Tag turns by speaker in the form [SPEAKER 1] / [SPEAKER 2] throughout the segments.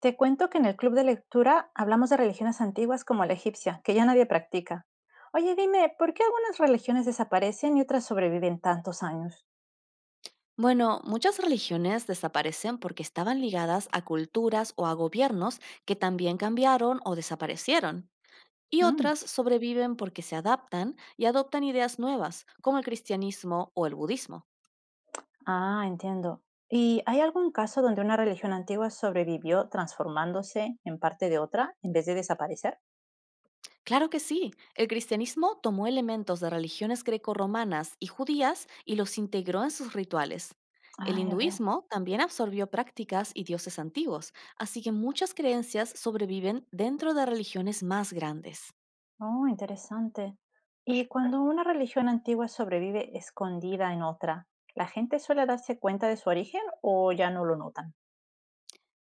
[SPEAKER 1] Te cuento que en el club de lectura hablamos de religiones antiguas como la egipcia, que ya nadie practica. Oye, dime, ¿por qué algunas religiones desaparecen y otras sobreviven tantos años?
[SPEAKER 2] Bueno, muchas religiones desaparecen porque estaban ligadas a culturas o a gobiernos que también cambiaron o desaparecieron. Y
[SPEAKER 1] Mm.
[SPEAKER 2] otras sobreviven porque se adaptan y adoptan ideas nuevas, como el cristianismo o el budismo.
[SPEAKER 1] Ah, entiendo. ¿Y hay algún caso donde una religión antigua sobrevivió transformándose en parte de otra en vez de desaparecer?
[SPEAKER 2] Claro que sí, el cristianismo tomó elementos de religiones grecorromanas y judías y los integró en sus rituales. El
[SPEAKER 1] Ah, ya veo.
[SPEAKER 2] hinduismo también absorbió prácticas y dioses antiguos, así que muchas creencias sobreviven dentro de religiones más grandes.
[SPEAKER 1] Oh, interesante. ¿Y cuando una religión antigua sobrevive escondida en otra, la gente suele darse cuenta de su origen o ya no lo notan?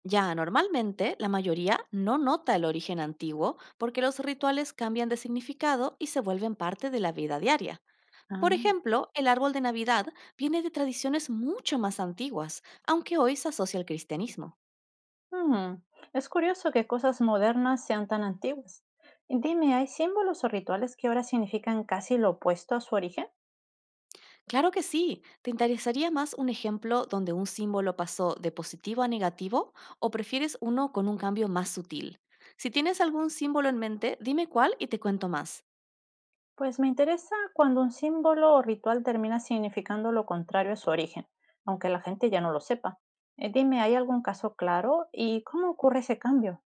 [SPEAKER 2] Ya, normalmente la mayoría no nota el origen antiguo porque los rituales cambian de significado y se vuelven parte de la vida diaria. Por
[SPEAKER 1] Ah.
[SPEAKER 2] ejemplo, el árbol de Navidad viene de tradiciones mucho más antiguas, aunque hoy se asocia al cristianismo.
[SPEAKER 1] Mm. Es curioso que cosas modernas sean tan antiguas. Dime, ¿hay símbolos o rituales que ahora significan casi lo opuesto a su origen?
[SPEAKER 2] Claro que sí, ¿te interesaría más un ejemplo donde un símbolo pasó de positivo a negativo o prefieres uno con un cambio más sutil? Si tienes algún símbolo en mente, dime cuál y te cuento más.
[SPEAKER 1] Pues me interesa cuando un símbolo o ritual termina significando lo contrario a su origen, aunque la gente ya no lo sepa. Dime, ¿hay algún caso claro y cómo ocurre ese cambio?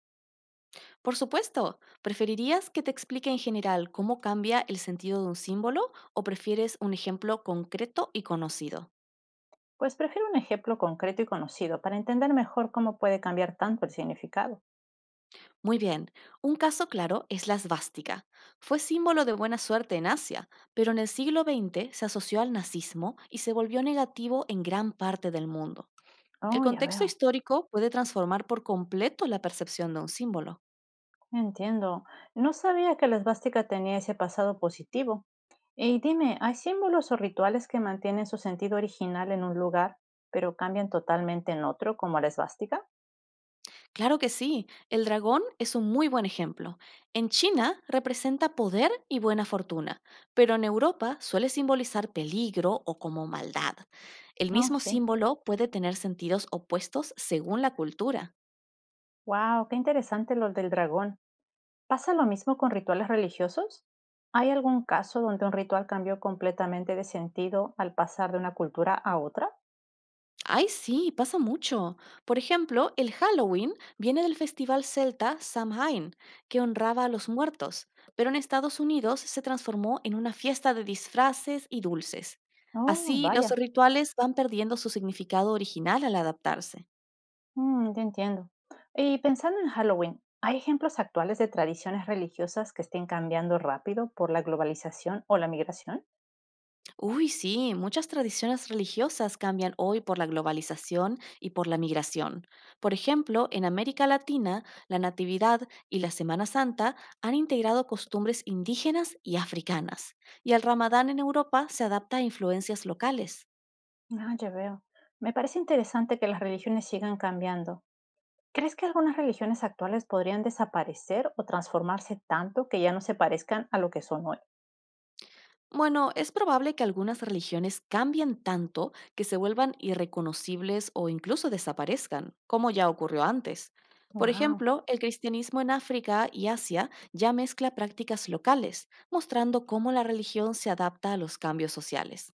[SPEAKER 2] Por supuesto, ¿preferirías que te explique en general cómo cambia el sentido de un símbolo o prefieres un ejemplo concreto y conocido?
[SPEAKER 1] Pues prefiero un ejemplo concreto y conocido para entender mejor cómo puede cambiar tanto el significado.
[SPEAKER 2] Muy bien, un caso claro es la svástica. Fue símbolo de buena suerte en Asia, pero en el siglo XX se asoció al nazismo y se volvió negativo en gran parte del mundo. El
[SPEAKER 1] Oh, ya
[SPEAKER 2] contexto
[SPEAKER 1] veo.
[SPEAKER 2] histórico puede transformar por completo la percepción de un símbolo.
[SPEAKER 1] Entiendo. No sabía que la esvástica tenía ese pasado positivo. Y dime, ¿hay símbolos o rituales que mantienen su sentido original en un lugar, pero cambian totalmente en otro, como la esvástica?
[SPEAKER 2] Claro que sí, el dragón es un muy buen ejemplo. En China representa poder y buena fortuna, pero en Europa suele simbolizar peligro o como maldad. El
[SPEAKER 1] No,
[SPEAKER 2] mismo
[SPEAKER 1] sí.
[SPEAKER 2] símbolo puede tener sentidos opuestos según la cultura.
[SPEAKER 1] Wow, qué interesante lo del dragón. ¿Pasa lo mismo con rituales religiosos? ¿Hay algún caso donde un ritual cambió completamente de sentido al pasar de una cultura a otra?
[SPEAKER 2] Ay, sí, pasa mucho. Por ejemplo, el Halloween viene del festival celta Samhain, que honraba a los muertos, pero en Estados Unidos se transformó en una fiesta de disfraces y dulces.
[SPEAKER 1] Oh,
[SPEAKER 2] Así, los
[SPEAKER 1] vaya.
[SPEAKER 2] rituales van perdiendo su significado original al adaptarse.
[SPEAKER 1] Ya entiendo. Y pensando en Halloween, ¿hay ejemplos actuales de tradiciones religiosas que estén cambiando rápido por la globalización o la migración?
[SPEAKER 2] Uy, sí, muchas tradiciones religiosas cambian hoy por la globalización y por la migración. Por ejemplo, en América Latina, la Natividad y la Semana Santa han integrado costumbres indígenas y africanas, y el Ramadán en Europa se adapta a influencias locales.
[SPEAKER 1] Ah, ya veo. Me parece interesante que las religiones sigan cambiando. ¿Crees que algunas religiones actuales podrían desaparecer o transformarse tanto que ya no se parezcan a lo que son hoy?
[SPEAKER 2] Bueno, es probable que algunas religiones cambien tanto que se vuelvan irreconocibles o incluso desaparezcan, como ya ocurrió antes. Por
[SPEAKER 1] Wow.
[SPEAKER 2] ejemplo, el cristianismo en África y Asia ya mezcla prácticas locales, mostrando cómo la religión se adapta a los cambios sociales.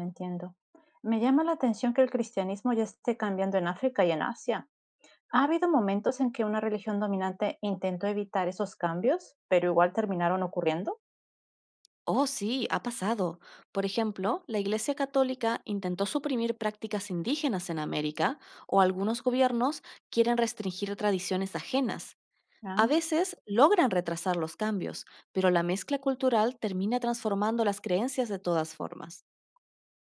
[SPEAKER 1] Entiendo. Me llama la atención que el cristianismo ya esté cambiando en África y en Asia. ¿Ha habido momentos en que una religión dominante intentó evitar esos cambios, pero igual terminaron ocurriendo?
[SPEAKER 2] Oh, sí, ha pasado. Por ejemplo, la Iglesia Católica intentó suprimir prácticas indígenas en América, o algunos gobiernos quieren restringir tradiciones ajenas. A
[SPEAKER 1] Ah,
[SPEAKER 2] veces logran retrasar los cambios, pero la mezcla cultural termina transformando las creencias de todas formas.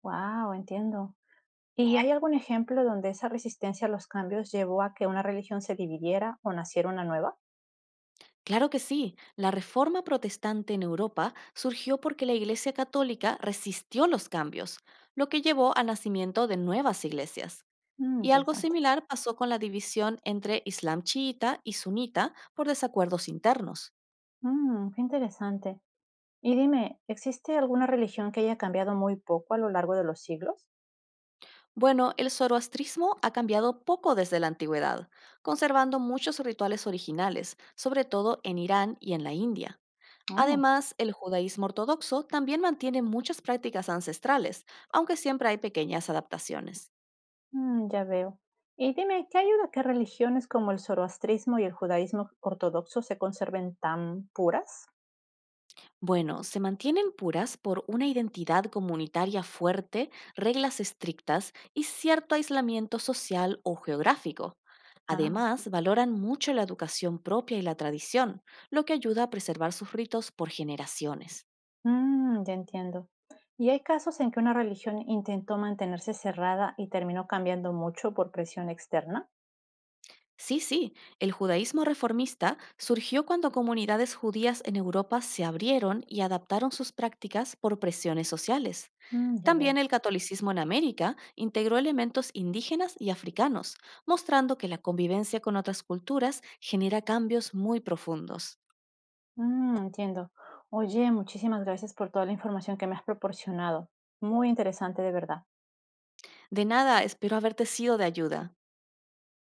[SPEAKER 1] wow, entiendo. ¿Y hay algún ejemplo donde esa resistencia a los cambios llevó a que una religión se dividiera o naciera una nueva?
[SPEAKER 2] Claro que sí, la reforma protestante en Europa surgió porque la Iglesia Católica resistió los cambios, lo que llevó al nacimiento de nuevas iglesias. Y algo
[SPEAKER 1] Interesante.
[SPEAKER 2] similar pasó con la división entre Islam chiita y sunita por desacuerdos internos.
[SPEAKER 1] Qué interesante. Y dime, ¿existe alguna religión que haya cambiado muy poco a lo largo de los siglos?
[SPEAKER 2] Bueno, el zoroastrismo ha cambiado poco desde la antigüedad, conservando muchos rituales originales, sobre todo en Irán y en la India.
[SPEAKER 1] Oh,
[SPEAKER 2] Además, el judaísmo ortodoxo también mantiene muchas prácticas ancestrales, aunque siempre hay pequeñas adaptaciones.
[SPEAKER 1] ya veo. Y dime, ¿qué ayuda que religiones como el zoroastrismo y el judaísmo ortodoxo se conserven tan puras?
[SPEAKER 2] Bueno, se mantienen puras por una identidad comunitaria fuerte, reglas estrictas y cierto aislamiento social o geográfico.
[SPEAKER 1] Ah,
[SPEAKER 2] Además, valoran mucho la educación propia y la tradición, lo que ayuda a preservar sus ritos por generaciones.
[SPEAKER 1] ya entiendo. ¿Y hay casos en que una religión intentó mantenerse cerrada y terminó cambiando mucho por presión externa?
[SPEAKER 2] Sí, sí, el judaísmo reformista surgió cuando comunidades judías en Europa se abrieron y adaptaron sus prácticas por presiones sociales.
[SPEAKER 1] Ya
[SPEAKER 2] También
[SPEAKER 1] veo.
[SPEAKER 2] el catolicismo en América integró elementos indígenas y africanos, mostrando que la convivencia con otras culturas genera cambios muy profundos.
[SPEAKER 1] Entiendo. Oye, muchísimas gracias por toda la información que me has proporcionado. Muy interesante, de verdad.
[SPEAKER 2] De nada, espero haberte sido de ayuda.